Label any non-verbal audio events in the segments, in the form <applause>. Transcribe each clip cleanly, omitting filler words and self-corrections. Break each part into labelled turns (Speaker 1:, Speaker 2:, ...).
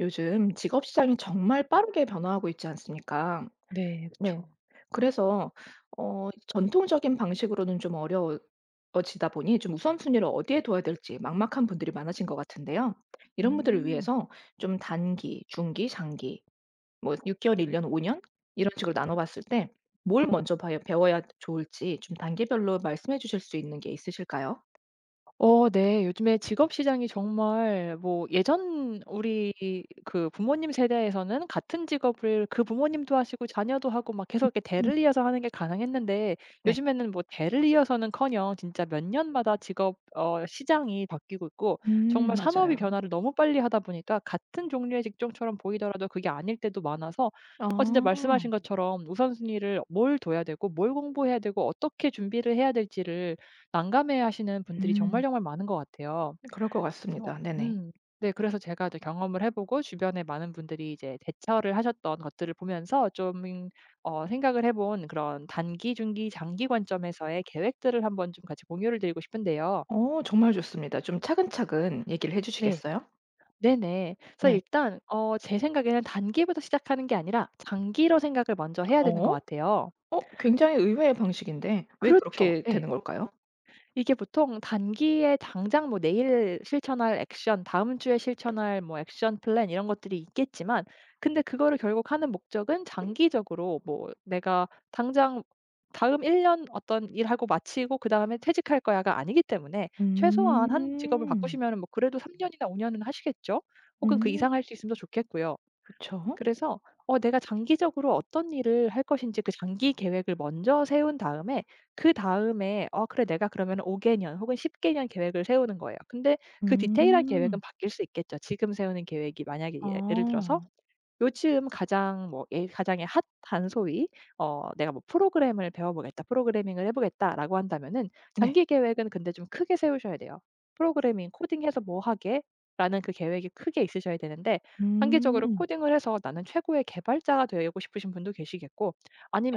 Speaker 1: 요즘 직업 시장이 정말 빠르게 변화하고 있지 않습니까?
Speaker 2: 네.
Speaker 1: 네.
Speaker 2: 그쵸.
Speaker 1: 그래서 전통적인 방식으로는 좀 어려워지다 보니 좀 우선순위를 어디에 둬야 될지 막막한 분들이 많아진 것 같은데요. 이런 분들을
Speaker 2: 음.
Speaker 1: 위해서 좀 단기, 중기, 장기 뭐 6 개월, 1 년, 5년 이런 식으로 나눠 봤을 때 뭘 먼저 봐야 배워야 좋을지 좀 단계별로 말씀해 주실 수 있는 게 있으실까요?
Speaker 2: 네. 요즘에 직업 시장이 정말 뭐 예전 우리 그 부모님 세대에서는 같은 직업을 그 부모님도 하시고 자녀도 하고 막 계속 이렇게
Speaker 1: 음.
Speaker 2: 대를 이어서 하는 게 가능했는데,
Speaker 1: 네.
Speaker 2: 요즘에는 뭐 대를 이어서는커녕 진짜 몇 년마다 직업 시장이 바뀌고 있고, 정말 산업이
Speaker 1: 맞아요.
Speaker 2: 변화를 너무 빨리 하다 보니까 같은 종류의 직종처럼 보이더라도 그게 아닐 때도 많아서 진짜
Speaker 1: 아.
Speaker 2: 말씀하신 것처럼 우선순위를 뭘 둬야 되고 뭘 공부해야 되고 어떻게 준비를 해야 될지를 난감해하시는 분들이 정말
Speaker 1: 음.
Speaker 2: 정말 많은 것 같아요.
Speaker 1: 그럴 것
Speaker 2: 그래서
Speaker 1: 같습니다. 네네.
Speaker 2: 네, 그래서 제가 이제 경험을 해 보고 주변에 많은 분들이 이제 대처를 하셨던 것들을 보면서 좀 생각을 해본 그런 단기, 중기, 장기 관점에서의 계획들을 한번 좀 같이 공유를 드리고 싶은데요.
Speaker 1: 어 정말 좋습니다. 좀 차근차근 얘기를 해
Speaker 2: 네.
Speaker 1: 주시겠어요?
Speaker 2: 네네. 그래서
Speaker 1: 네.
Speaker 2: 일단 제 생각에는 단기부터 시작하는 게 아니라 장기로 생각을 먼저 해야 되는 것
Speaker 1: 어?
Speaker 2: 같아요.
Speaker 1: 어 굉장히 의외의 방식인데 왜
Speaker 2: 그렇죠.
Speaker 1: 그렇게
Speaker 2: 예.
Speaker 1: 되는 걸까요?
Speaker 2: 이게 보통 단기에 당장 뭐 내일 실천할 액션, 다음 주에 실천할 뭐 액션 플랜 이런 것들이 있겠지만, 근데 그거를 결국 하는 목적은 장기적으로 뭐 '내가 당장 다음 1년 어떤 일하고 마치고 그다음에 퇴직할 거야.'가 아니기 때문에, 최소한 한 직업을
Speaker 1: 음.
Speaker 2: 바꾸시면은 뭐 그래도 3 년이나 5 년은 하시겠죠? 혹은 그
Speaker 1: 음.
Speaker 2: 이상 할 수 있으면 더 좋겠고요.
Speaker 1: 그쵸.
Speaker 2: 그래서 내가 장기적으로 어떤 일을 할 것인지 그 장기 계획을 먼저 세운 다음에, 그다음에 '어 그래, 내가 그러면 5 개년 혹은 10 개년 계획을 세우는 거예요.' 근데 그 디테일한 계획은
Speaker 1: 음.
Speaker 2: 바뀔 수 있겠죠. 지금 세우는 계획이 만약에 예 예를 들어서
Speaker 1: 아.
Speaker 2: 요즘 가장 뭐 예 가장의 핫한 소위 '내가 뭐 프로그램을 배워보겠다. 프로그래밍을 해보겠다.'라고 한다면은
Speaker 1: 네.
Speaker 2: 장기 계획은 근데 좀 크게 세우셔야 돼요. '프로그래밍 코딩해서 뭐 하게.'라는 그 계획이 크게 있으셔야 되는데, 단기적으로
Speaker 1: 음.
Speaker 2: 코딩을 해서 나는 최고의 개발자가 되고 싶으신 분도 계시겠고,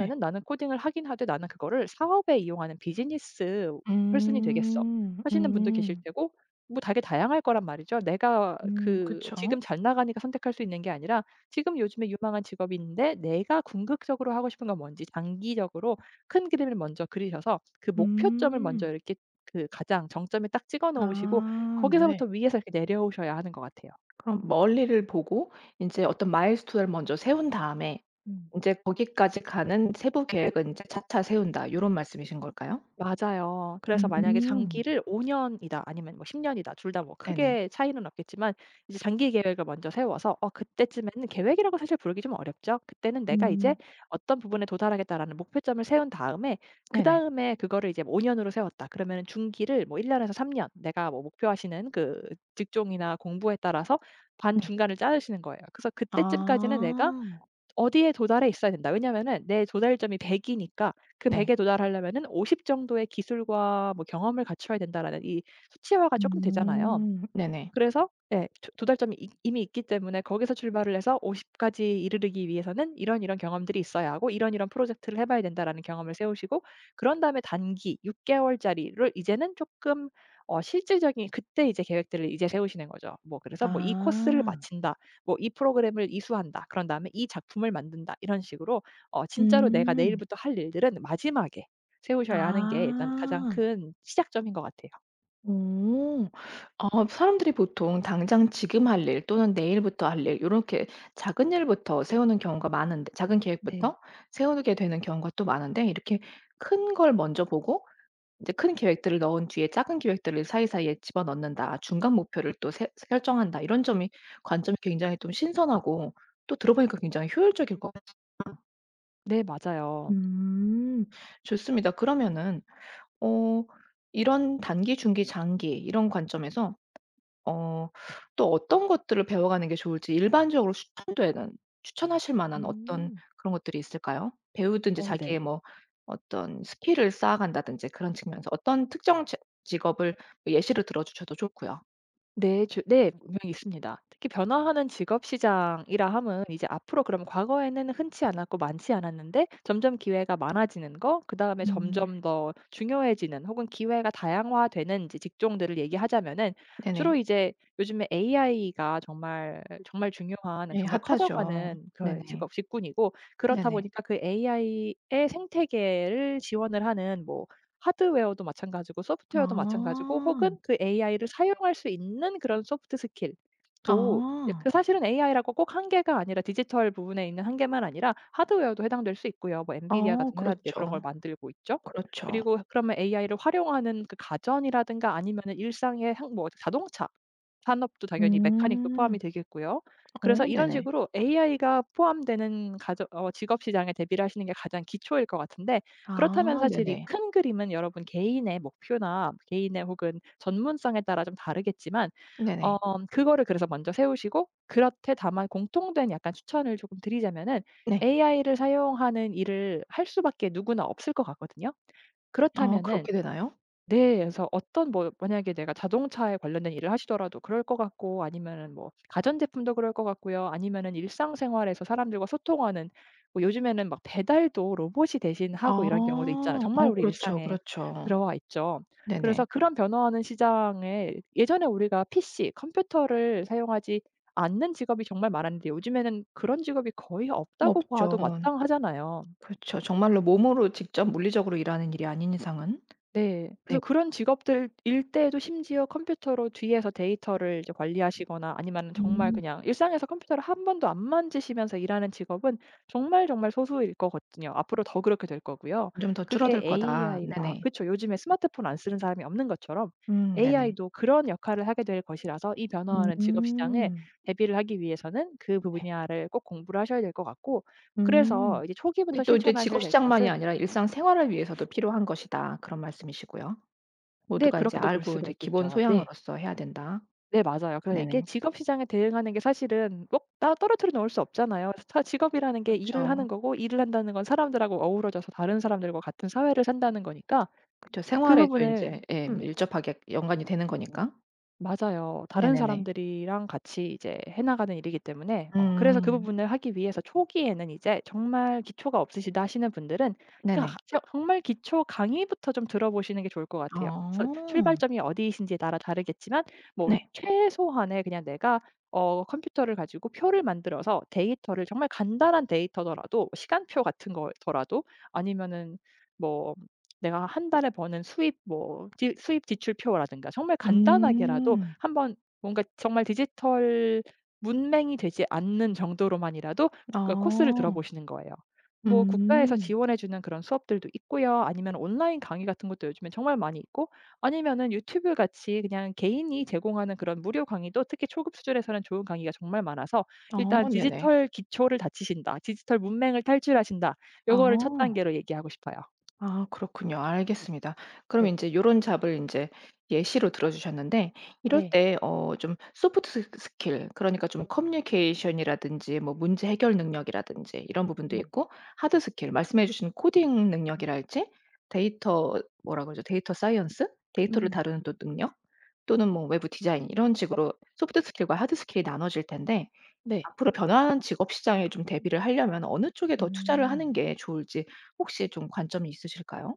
Speaker 1: 네.
Speaker 2: '나는 코딩을 하긴 하되 나는 그거를 사업에 이용하는 비즈니스 퍼슨이 되겠어.'
Speaker 1: 음.
Speaker 2: 하시는 분도 계실
Speaker 1: 음.
Speaker 2: 테고, 뭐 되게 다양할 거란 말이죠. 내가 그 지금
Speaker 1: 그쵸.
Speaker 2: 잘 나가니까 선택할 수 있는 게 아니라, 지금 요즘에 유망한 직업이 있는데 내가 궁극적으로 하고 싶은 건 뭔지 장기적으로 큰 그림을 먼저 그리셔서 그 목표점을 먼저
Speaker 1: 음.
Speaker 2: 이렇게 그 가장 정점에 딱 찍어 놓으시고,
Speaker 1: 아 네네.
Speaker 2: 거기서부터 위에서 이렇게 내려오셔야 하는 것 같아요.
Speaker 1: 그럼 멀리를 보고 인제 어떤 마일스톤을 먼저 세운 다음에
Speaker 2: 음.
Speaker 1: 인제 거기까지 가는 세부 계획은 인제 차차 세운다 요런 말씀이신 걸까요?
Speaker 2: 맞아요. 그래서 만약에
Speaker 1: 음.
Speaker 2: 장기를 5 년이다 아니면 뭐 10 년이다 둘 다 뭐
Speaker 1: 네네.
Speaker 2: 크게 차이는 없겠지만, 이제 장기 계획을 먼저 세워서 그때쯤에는 계획이라고 사실 부르기 좀 어렵죠. 그때는 '내가 이제
Speaker 1: 음.
Speaker 2: 어떤 부분에 도달하겠다.'라는 목표점을 세운 다음에,
Speaker 1: 네네.
Speaker 2: 그다음에 그거를 이제 뭐 5 년으로 세웠다. 그러면은 중기를 뭐 1 년에서 3년 내가 뭐 목표하시는 그 직종이나 공부에 따라서
Speaker 1: 네.
Speaker 2: 반중간을 짜르시는 거예요. 그래서 그때쯤까지는 내가
Speaker 1: 아.
Speaker 2: 어디에 도달해 있어야 된다. 왜냐면은 내 도달점이 100 이니까 그 100
Speaker 1: 네.
Speaker 2: 에 도달하려면은 50 정도의 기술과 뭐 경험을 갖춰야 된다라는, 이 수치화가 쪼끔 되잖아요.
Speaker 1: 음. 네네.
Speaker 2: 그래서 예조달점이 이 이미 있기 때문에 거기서 출발을 해서 50 까지 이르르기 위해서는 이런 이런 경험들이 있어야 하고 이런 이런 프로젝트를 해 봐야 된다라는 경험을 세우시고, 그런 다음에 단기 6 개월짜리를 이제는 조금 실질적인 그때 이제 계획들을 이제 세우시는 거죠. 뭐 그래서 뭐 '이 코스를
Speaker 1: 아.
Speaker 2: 마친다.' 뭐 '이 프로그램을 이수한다.' 그런 다음에 '이 작품을 만든다.' 이런 식으로 진짜로 내가
Speaker 1: 음.
Speaker 2: 내일부터 할 일들은 마지막에 세우셔야 하는 게 일단 가장
Speaker 1: 아.
Speaker 2: 큰 시작점인 것 같아요.
Speaker 1: 어. 아 사람들이 보통 당장 지금 할 일 또는 내일부터 할 일 이렇게 작은 일부터 세우는 경우가 많은데 작은
Speaker 2: 네.
Speaker 1: 계획부터 세우게 되는 경우가 또 많은데 이렇게 큰 걸 먼저 보고 이제 큰 계획들을 넣은 뒤에 작은 계획들을 사이사이에 집어넣는다. 중간 목표를 또 세 설정한다. 이런 점이 관점이 굉장히 좀 신선하고 또 들어보니까 굉장히 효율적일 것 같아요.
Speaker 2: 네 맞아요.
Speaker 1: 음. 좋습니다. 그러면은 어 이런 단기, 중기, 장기 이런 관점에서 어 또 어떤 것들을 배워가는 게 좋을지 일반적으로 추천되는 추천하실 만한 어떤
Speaker 2: 음.
Speaker 1: 그런 것들이 있을까요? 배우든지
Speaker 2: 네.
Speaker 1: 자기의 뭐 어떤 스킬을 쌓아간다든지 그런 측면에서 어떤 특정 직 직업을 뭐 예시로 들어 주셔도 좋고요.
Speaker 2: 네, 주 네, 분명히 있습니다. 특히 변화하는 직업 시장이라 함은 이제 앞으로 그럼 과거에는 흔치 않았고 많지 않았는데 점점 기회가 많아지는 거 그다음에
Speaker 1: 음.
Speaker 2: 점점 더 중요해지는 혹은 기회가 다양화되는 제 직종들을 얘기하자면은,
Speaker 1: 네네.
Speaker 2: 주로 이제 요즘에 AI가 정말, 정말 중요한
Speaker 1: 예
Speaker 2: 정말
Speaker 1: 핫하죠.
Speaker 2: 커져가는 그
Speaker 1: 네네.
Speaker 2: 직업 직군이고, 그렇다
Speaker 1: 네네.
Speaker 2: 보니까 그 AI의 생태계를 지원을 하는 뭐 하드웨어도 마찬가지고 소프트웨어도 마찬가지고
Speaker 1: 아.
Speaker 2: 혹은 그 AI를 사용할 수 있는 그런 소프트 스킬도, 예
Speaker 1: 아.
Speaker 2: 그 사실은 AI라고 꼭 한계가 아니라 디지털 부분에 있는 한계만 아니라 하드웨어도 해당될 수 있고요. 뭐 엔비디아
Speaker 1: 아
Speaker 2: 같은 회사들이 그런 걸
Speaker 1: 그렇죠.
Speaker 2: 만들고 있죠.
Speaker 1: 그렇죠.
Speaker 2: 그리고 그러면 AI를 활용하는 그 가전이라든가 아니면은 일상의 행 뭐 자동차 산업도 당연히 메카닉도 포함이
Speaker 1: 음.
Speaker 2: 되겠고요. 그래서
Speaker 1: 어
Speaker 2: 이런
Speaker 1: 네네.
Speaker 2: 식으로 AI가 포함되는 가저 직업 시장에 대비를 하시는 게 가장 기초일 것 같은데, 그렇다면
Speaker 1: 아
Speaker 2: 사실 이
Speaker 1: 네네.
Speaker 2: 큰 그림은 여러분 개인의 목표나 개인의 혹은 전문성에 따라 좀 다르겠지만 어
Speaker 1: 네네.
Speaker 2: 그거를 그래서 먼저 세우시고, 그렇되 다만 공통된 약간 추천을 조금 드리자면은
Speaker 1: 네.
Speaker 2: AI를 사용하는 일을 할 수밖에 누구나 없을 것 같거든요.
Speaker 1: 아
Speaker 2: 그렇다면은,
Speaker 1: 그렇게 되나요?
Speaker 2: 네. 그래서 어떤 뭐 만약에 내가 자동차에 관련된 일을 하시더라도 그럴 것 같고, 아니면은 뭐 가전제품도 그럴 것 같고요. 아니면은 일상생활에서 사람들과 소통하는, 뭐 요즘에는 막 배달도 로봇이 대신하고 이런
Speaker 1: 아.
Speaker 2: 경우도 있잖아요. 정말
Speaker 1: 어
Speaker 2: 우리
Speaker 1: 그렇죠,
Speaker 2: 일상에
Speaker 1: 그렇죠.
Speaker 2: 들어와 있죠. 그래서
Speaker 1: 네네.
Speaker 2: 그런 변화하는 시장에, 예전에 우리가 PC, 컴퓨터를 사용하지 않는 직업이 정말 많았는데 요즘에는 그런 직업이 거의 없다고
Speaker 1: 없죠.
Speaker 2: 봐도 마땅하잖아요.
Speaker 1: 그렇죠. 정말로 몸으로 직접 물리적으로 일하는 일이 아닌 이상은.
Speaker 2: 네. 그래서
Speaker 1: 네.
Speaker 2: 그런 직업들 일 때에도 심지어 컴퓨터로 뒤에서 데이터를 이제 관리하시거나, 아니면은 정말
Speaker 1: 음.
Speaker 2: 그냥 일상에서 컴퓨터를 한 번도 안 만지시면서 일하는 직업은 정말 정말 소수일 거거든요. 앞으로 더 그렇게 될 거고요.
Speaker 1: 좀 더
Speaker 2: 그게
Speaker 1: 줄어들 거다.
Speaker 2: AI가
Speaker 1: 네네.
Speaker 2: 그쵸, 요즘에 스마트폰 안 쓰는 사람이 없는 것처럼
Speaker 1: 네네.
Speaker 2: AI도 그런 역할을 하게 될 것이라서, 이 변화하는 직업 시장에
Speaker 1: 음.
Speaker 2: 대비를 하기 위해서는 그
Speaker 1: 네.
Speaker 2: 분야를 꼭 공부를 하셔야 될 것 같고,
Speaker 1: 음.
Speaker 2: 그래서 이제 초기부터
Speaker 1: 근데 또 이제
Speaker 2: 실천하셔야
Speaker 1: 직업
Speaker 2: 될
Speaker 1: 시장만이
Speaker 2: 것은,
Speaker 1: 아니라 일상 생활을 위해서도 필요한 것이다. 그런 말씀이시고요.
Speaker 2: 네
Speaker 1: 모두가 이제
Speaker 2: 그렇게도 볼
Speaker 1: 알고 이
Speaker 2: 수가
Speaker 1: 제 기본
Speaker 2: 있겠죠. 네.
Speaker 1: 소양으로서 해야 된다.
Speaker 2: 네 맞아요. 그래서 이게
Speaker 1: 네네.
Speaker 2: 직업 시장에 대응하는 게 사실은 꼭 따 떨어뜨려 놓을 수 없잖아요. 그래서 사 직업이라는 게
Speaker 1: 그
Speaker 2: 일을
Speaker 1: 죠
Speaker 2: 하는 거고, 일을 한다는 건 사람들하고 어우러져서 다른 사람들과 같은 사회를 산다는 거니까
Speaker 1: 그죠
Speaker 2: 그
Speaker 1: 생활에도 이
Speaker 2: 부분을,
Speaker 1: 제 예
Speaker 2: 음.
Speaker 1: 밀접하게 연관이 되는 거니까.
Speaker 2: 맞아요. 다른
Speaker 1: 네네네.
Speaker 2: 사람들이랑 같이 이제 해 나가는 일이기 때문에, 그래서 그
Speaker 1: 음.
Speaker 2: 부분을 하기 위해서 초기에는 이제 정말 기초가 없으시다 하시는 분들은, 그러니까
Speaker 1: 네네.
Speaker 2: 저 정말 기초 강의부터 좀 들어보시는 게 좋을 것 같아요. 서
Speaker 1: 아.
Speaker 2: 출발점이 어디이신지에 따라 다르겠지만 뭐
Speaker 1: 네.
Speaker 2: 최소한의 그냥 내가 컴퓨터를 가지고 표를 만들어서 데이터를, 정말 간단한 데이터더라도 시간표 같은 거더라도, 아니면은 뭐 내가 한 달에 버는 수입, 뭐 지 수입 지출표라든가, 정말 간단하게라도
Speaker 1: 음.
Speaker 2: 한번 뭔가 정말 디지털 문맹이 되지 않는 정도로만이라도 그 코스를
Speaker 1: 아.
Speaker 2: 들어보시는 거예요. 뭐 국가에서
Speaker 1: 음.
Speaker 2: 지원해 주는 그런 수업들도 있고요. 아니면 온라인 강의 같은 것도 요즘엔 정말 많이 있고, 아니면은 유튜브 같이 그냥 개인이 제공하는 그런 무료 강의도 특히 초급 수준에서는 좋은 강의가 정말 많아서,
Speaker 1: 아
Speaker 2: 일단
Speaker 1: 네네.
Speaker 2: 디지털 기초를 다지신다. 디지털 문맹을 탈출하신다. 요거를 첫
Speaker 1: 아.
Speaker 2: 단계로 얘기하고 싶어요.
Speaker 1: 아 그렇군요. 알겠습니다. 그럼
Speaker 2: 네.
Speaker 1: 이제 요런 잡을 이제 예시로 들어 주셨는데 이럴
Speaker 2: 네.
Speaker 1: 때 어 좀 소프트 스 스킬 그러니까 좀 커뮤니케이션이라든지 뭐 문제 해결 능력이라든지 이런 부분도
Speaker 2: 음.
Speaker 1: 있고 하드 스킬 말씀해 주신 코딩 능력이랄지 데이터 뭐라 그러죠? 데이터 사이언스? 데이터를
Speaker 2: 음.
Speaker 1: 다루는 또 능력 또는 뭐 외부 디자인 이런 식으로 소프트 스킬과 하드 스킬이 나눠질 텐데
Speaker 2: 네.
Speaker 1: 앞으로 변화하는 직업 시장에 좀 대비를 하려면 어느 쪽에 더 투자를 하는
Speaker 2: 음.
Speaker 1: 게 좋을지 혹시 좀 관점이 있으실까요?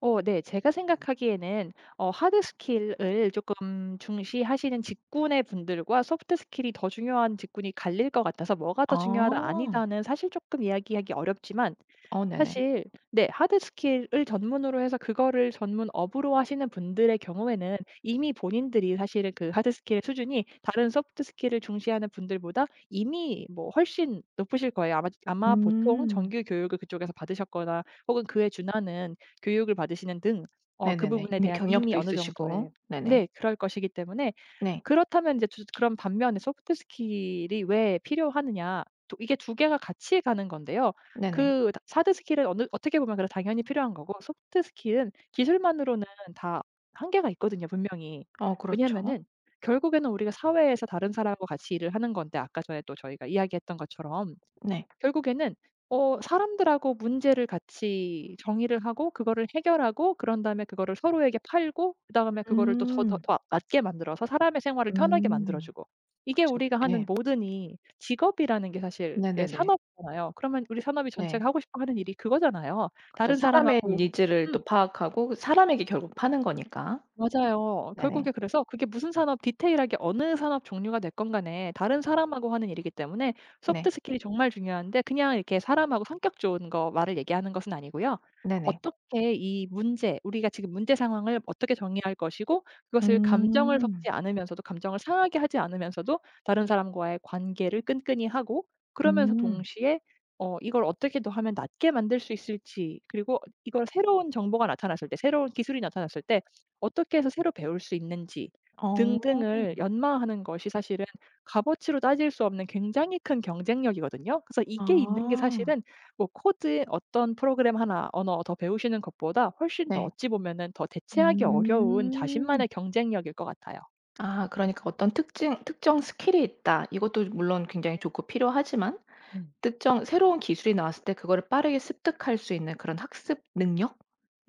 Speaker 2: 네. 제가 생각하기에는 하드 스킬을 쪼끔 중시하시는 직군의 분들과 소프트 스킬이 더 중요한 직군이 갈릴 것 같아서, 뭐가 더 중요하다
Speaker 1: 아.
Speaker 2: 아니다는 사실 쪼끔 이야기하기 어렵지만,
Speaker 1: 어 네네.
Speaker 2: 사실 네 하드 스킬을 전문으로 해서 그거를 전문 업으로 하시는 분들의 경우에는 이미 본인들이 사실은 그 하드 스킬의 수준이 다른 소프트 스킬을 중시하는 분들보다 이미 뭐 훨씬 높으실 거예요. 아마 보통
Speaker 1: 음.
Speaker 2: 정규 교육을 그쪽에서 받으셨거나 혹은 그에 준하는 교육을 받으시는 등 그
Speaker 1: 네네네.
Speaker 2: 부분에
Speaker 1: 이미
Speaker 2: 대한 이미
Speaker 1: 경력도
Speaker 2: 어느 정도의,
Speaker 1: 있으시고. 네네.
Speaker 2: 네 그럴 것이기 때문에.
Speaker 1: 네.
Speaker 2: 그렇다면 이제 두 그런 반면에 소프트 스킬이 왜 필요하느냐. 또 이게 두 개가 같이 가는 건데요.
Speaker 1: 네네.
Speaker 2: 그 다 하드 스킬은 어느 어떻게 보면 그래 당연히 필요한 거고 소프트 스킬은 기술만으로는 다 한계가 있거든요, 분명히.
Speaker 1: 어 그렇죠.
Speaker 2: 왜냐하면은 결국에는 우리가 사회에서 다른 사람과 같이 일을 하는 건데, 아까 전에 또 저희가 이야기했던 것처럼
Speaker 1: 네.
Speaker 2: 결국에는 사람들하고 문제를 같이 정의를 하고 그거를 해결하고, 그런 다음에 그거를 서로에게 팔고, 그다음에 그거를 또 더 더
Speaker 1: 음.
Speaker 2: 더게 만들어서 사람의 생활을 편하게 만들어
Speaker 1: 음.
Speaker 2: 주고, 이게
Speaker 1: 그쵸.
Speaker 2: 우리가 하는
Speaker 1: 예.
Speaker 2: 모든이 직업이라는 게 사실 예
Speaker 1: 네네네.
Speaker 2: 산업이잖아요. 그러면 우리 산업이 전체가
Speaker 1: 네.
Speaker 2: 하고 싶어 하는 일이 그거잖아요.
Speaker 1: 그쵸.
Speaker 2: 다른
Speaker 1: 사람의
Speaker 2: 사람하고,
Speaker 1: 니즈를
Speaker 2: 음.
Speaker 1: 또 파악하고 사람에게 결국 파는 거니까.
Speaker 2: 맞아요.
Speaker 1: 네네.
Speaker 2: 결국에 그래서 그게 무슨 산업 디테일하게 어느 산업 종류가 됐건 간에 다른 사람하고 하는 일이기 때문에 소프트
Speaker 1: 네.
Speaker 2: 스킬이 정말 중요한데, 그냥 이렇게 사람하고 성격 좋은 거 말을 얘기하는 것은 아니고요.
Speaker 1: 네네.
Speaker 2: 어떻게 이 문제, 우리가 지금 문제 상황을 어떻게 정의할 것이고, 그것을 감정을 섞지
Speaker 1: 음.
Speaker 2: 않으면서도 감정을 상하게 하지 않으면서도 다른 사람과의 관계를 끈끈이 하고, 그러면서
Speaker 1: 음.
Speaker 2: 동시에 이걸 어떻게 더 하면 낫게 만들 수 있을지, 그리고 이걸 새로운 정보가 나타났을 때 새로운 기술이 나타났을 때 어떻게 해서 새로 배울 수 있는지
Speaker 1: 어.
Speaker 2: 등등을 연마하는 것이 사실은 값어치로 따질 수 없는 굉장히 큰 경쟁력이거든요. 그래서 이게 있는 게
Speaker 1: 아.
Speaker 2: 사실은 뭐 코드 어떤 프로그램 하나 언어 더 배우시는 것보다 훨씬 더
Speaker 1: 네.
Speaker 2: 어찌 보면은 더 대체하기 어려운
Speaker 1: 음.
Speaker 2: 자신만의 경쟁력일 것 같아요.
Speaker 1: 아 그러니까 어떤 특징 특정 스킬이 있다. 이것도 물론 굉장히 좋고 필요하지만
Speaker 2: 음.
Speaker 1: 특정 새로운 기술이 나왔을 때 그거를 빠르게 습득할 수 있는 그런 학습 능력?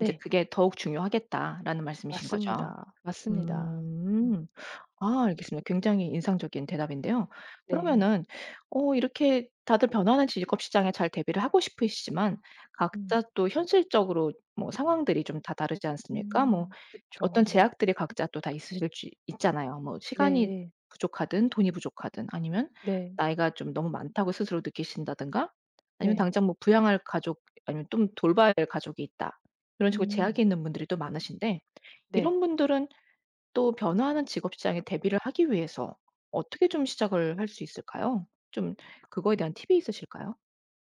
Speaker 1: 이제 그게 더욱 중요하겠다라는 말씀이신 거죠.
Speaker 2: 맞습니다. 맞습니다. 음.
Speaker 1: 음. 아 알겠습니다. 굉장히 인상적인 대답인데요.
Speaker 2: 네.
Speaker 1: 그러면은 어 이렇게 다들 변하는 직업 시장에 잘 대비를 하고 싶으시지만
Speaker 2: 음.
Speaker 1: 각자 또 현실적으로 뭐 상황들이 좀 다 다르지 않습니까? 뭐
Speaker 2: 음.
Speaker 1: 어떤
Speaker 2: 그쵸.
Speaker 1: 제약들이 각자 또 다 있으실 수 있잖아요. 뭐 시간이
Speaker 2: 네.
Speaker 1: 부족하든 돈이 부족하든 아니면
Speaker 2: 네.
Speaker 1: 나이가 좀 너무 많다고 스스로 느끼신다든가 아니면
Speaker 2: 네.
Speaker 1: 당장 뭐 부양할 가족 아니면 좀 돌봐야 할 가족이 있다. 이런 식으로
Speaker 2: 음.
Speaker 1: 제약이 있는 분들이 또 많으신데
Speaker 2: 네.
Speaker 1: 이런 분들은 또 변화하는 직업 시장에 대비를 하기 위해서 어떻게 좀 시작을 할 수 있을까요? 좀 그거에 대한 팁이 있으실까요?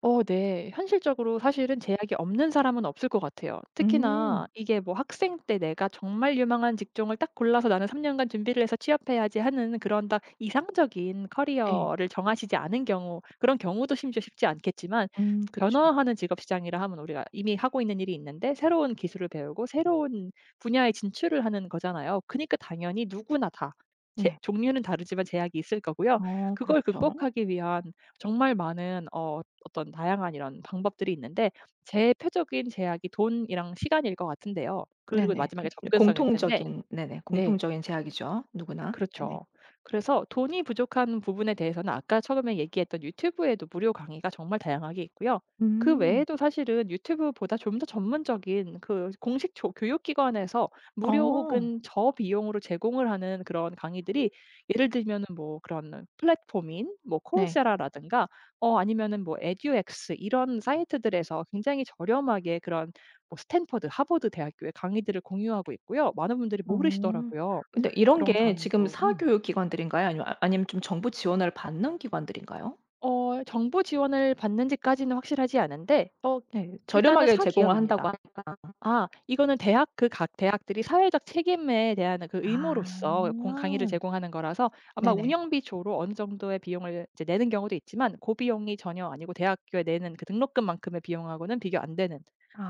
Speaker 2: 네. 현실적으로 사실은 제약이 없는 사람은 없을 것 같아요. 특히나
Speaker 1: 음.
Speaker 2: 이게 뭐 학생 때 내가 정말 유망한 직종을 딱 골라서 나는 3 년간 준비를 해서 취업해야지 하는 그런 딱 이상적인
Speaker 1: 네.
Speaker 2: 커리어를 정하시지 않은 경우, 그런 경우도 심지어 쉽지 않겠지만,
Speaker 1: 그쵸.
Speaker 2: 변화하는 직업 시장이라 하면 우리가 이미 하고 있는 일이 있는데 새로운 기술을 배우고 새로운 분야에 진출을 하는 거잖아요. 그니까 러 당연히 누구나 다 제
Speaker 1: 네.
Speaker 2: 종류는 다르지만 제약이 있을 거고요.
Speaker 1: 어
Speaker 2: 그걸
Speaker 1: 그렇죠.
Speaker 2: 극복하기 위한 정말 많은 어떤 다양한 이런 방법들이 있는데, 제일 표적인 제약이 돈이랑 시간일 것 같은데요. 그리고
Speaker 1: 네네.
Speaker 2: 마지막에 접근성일 텐데,
Speaker 1: 공통적인 네네.
Speaker 2: 네.
Speaker 1: 공통적인 제약이죠. 누구나. 네네.
Speaker 2: 그렇죠. 그래서 돈이 부족한 부분에 대해서는 아까 처음에 얘기했던 유튜브에도 무료 강의가 정말 다양하게 있고요. 그
Speaker 1: 음.
Speaker 2: 외에도 사실은 유튜브보다 좀 더 전문적인 그 공식 교육기관에서 무료
Speaker 1: 어.
Speaker 2: 혹은 저비용으로 제공을 하는 그런 강의들이 예를 들면은 뭐 그런 플랫폼인 뭐
Speaker 1: 네.
Speaker 2: 콜세라라든가 아니면은 뭐 에듀엑스 이런 사이트들에서 굉장히 저렴하게 그런 뭐 스탠퍼드, 하버드 대학교의 강의들을 공유하고 있고요. 많은 분들이
Speaker 1: 어.
Speaker 2: 모르시더라고요,
Speaker 1: 근데 이런
Speaker 2: 그런
Speaker 1: 게 지금
Speaker 2: 강의도. 음.
Speaker 1: 사교육 기관들인가요? 아니면 아 아니면 좀 정부 지원을 받는 기관들인가요?
Speaker 2: 정부 지원을 받는지까지는 확실하지 않은데
Speaker 1: 네.
Speaker 2: 일단은
Speaker 1: 저렴하게 제공을 한다고
Speaker 2: 사기업입니다.
Speaker 1: 하니까.
Speaker 2: 아, 이거는 대학, 그 각 대학들이 사회적 책임에 대한 그
Speaker 1: 아.
Speaker 2: 의무로서 공 강의를 제공하는 거라서, 아마
Speaker 1: 네네.
Speaker 2: 운영비 조로 어느 정도의 비용을 이제 내는 경우도 있지만 고 비용이 전혀 아니고, 대학교에 내는 그 등록금만큼의 비용하고는 비교 안 되는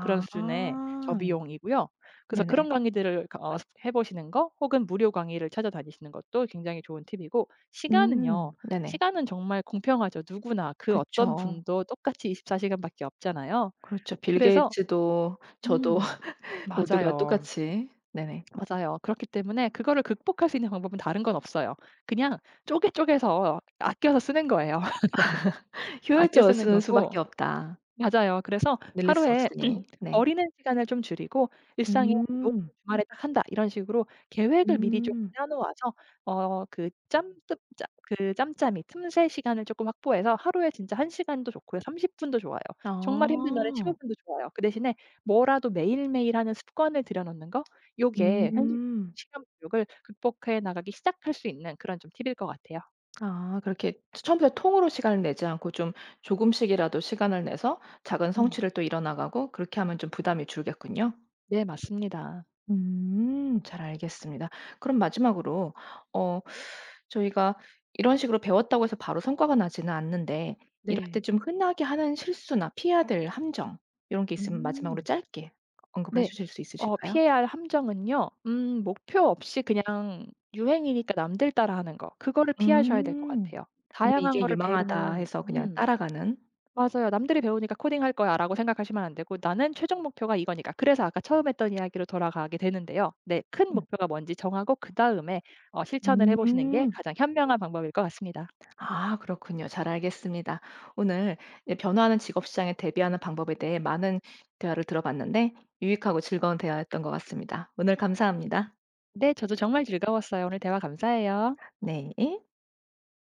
Speaker 2: 그런 수준의 저비용이고요. 그래서
Speaker 1: 네네.
Speaker 2: 그런 강의들을 해 보시는 거, 혹은 무료 강의를 찾아다니시는 것도 굉장히 좋은 팁이고, 시간은요,
Speaker 1: 음. 네네.
Speaker 2: 시간은 정말 공평하죠. 누구나, 그 어떤
Speaker 1: 그쵸.
Speaker 2: 분도 똑같이 24 시간밖에 없잖아요.
Speaker 1: 그렇죠. 빌
Speaker 2: 그래서
Speaker 1: 게이츠도 저도
Speaker 2: 음.
Speaker 1: <laughs> 모두가
Speaker 2: 맞아요.
Speaker 1: 똑같이 네네.
Speaker 2: 맞아요. 그렇기 때문에 그거를 극복할 수 있는 방법은 다른 건 없어요. 그냥 쪼개서 아껴서 쓰는 거예요. <laughs> 아껴
Speaker 1: '효율적으로
Speaker 2: 쓰는
Speaker 1: 쓰는
Speaker 2: 거고,
Speaker 1: 수밖에 없다.'
Speaker 2: 맞아요. 그래서
Speaker 1: 늘릴 수
Speaker 2: 하루에
Speaker 1: 없으니. 네.
Speaker 2: 버리는 시간을 좀 줄이고, 일상에 '요거
Speaker 1: 음.
Speaker 2: 주말에 딱 한다.' 이런 식으로 계획을 미리 좀
Speaker 1: 음.
Speaker 2: 짜 놓아서 어 그 짬뜸 짜 그 짬짬이 틈새 시간을 쪼끔 확보해서 하루에 진짜 1 시간도 좋고요. 30 분도 좋아요. 정말 힘든 날에 15
Speaker 1: 아.
Speaker 2: 분도 좋아요. 그 대신에 뭐라도 매일매일 하는 습관을 들여 놓는 거, 요게 현실적인
Speaker 1: 음.
Speaker 2: 시간 부족을 극복해 나가기 시작할 수 있는 그런 좀 팁일 것 같아요.
Speaker 1: 아 그렇게 처 처음부터 통으로 시간을 내지 않고 좀 조금씩이라도 시간을 내서 작은
Speaker 2: 음.
Speaker 1: 성취를 또 이뤄나가고 그렇게 하면 좀 부담이 줄겠군요.
Speaker 2: 네 맞습니다.
Speaker 1: 음. 잘 알겠습니다. 그럼 마지막으로 어 저희가 이런 식으로 배웠다고 해서 바로 성과가 나지는 않는데 이럴 때
Speaker 2: 네.
Speaker 1: 좀 흔하게 하는 실수나 피해야 될 함정 요런 게 있으면 마지막으로
Speaker 2: 음.
Speaker 1: 짧게 언급을 해
Speaker 2: 네.
Speaker 1: 주실 수 있으실까요?
Speaker 2: 피해야 할 함정은요, 목표 없이 그냥 유행이니까 남들 따라하는 거, 그거를 피하셔야 될 것
Speaker 1: 음.
Speaker 2: 같아요.
Speaker 1: 그냥
Speaker 2: 다양한
Speaker 1: 이게
Speaker 2: 거를
Speaker 1: 유망하다
Speaker 2: 배우는,
Speaker 1: 해서 그냥 따라가는.
Speaker 2: 맞아요. '남들이 배우니까 코딩할 거야.'라고 생각하시면 안 되고 '나는 최종 목표가 이거니까.' 그래서 아까 처음 했던 이야기로 돌아가게 되는데요. 네. 큰
Speaker 1: 음.
Speaker 2: 목표가 뭔지 정하고 그다음에 실천을 해 보시는 게
Speaker 1: 음.
Speaker 2: 가장 현명한 방법일 것 같습니다.
Speaker 1: 아 그렇군요. 잘 알겠습니다. 오늘 이 변화하는 직업 시장에 대비하는 방법에 대해 많은 대화를 들어봤는데 유익하고 즐거운 대화였던 것 같습니다. 오늘 감사합니다.
Speaker 2: 네. 저도 정말 즐거웠어요. 오늘 대화 감사해요.
Speaker 1: 네.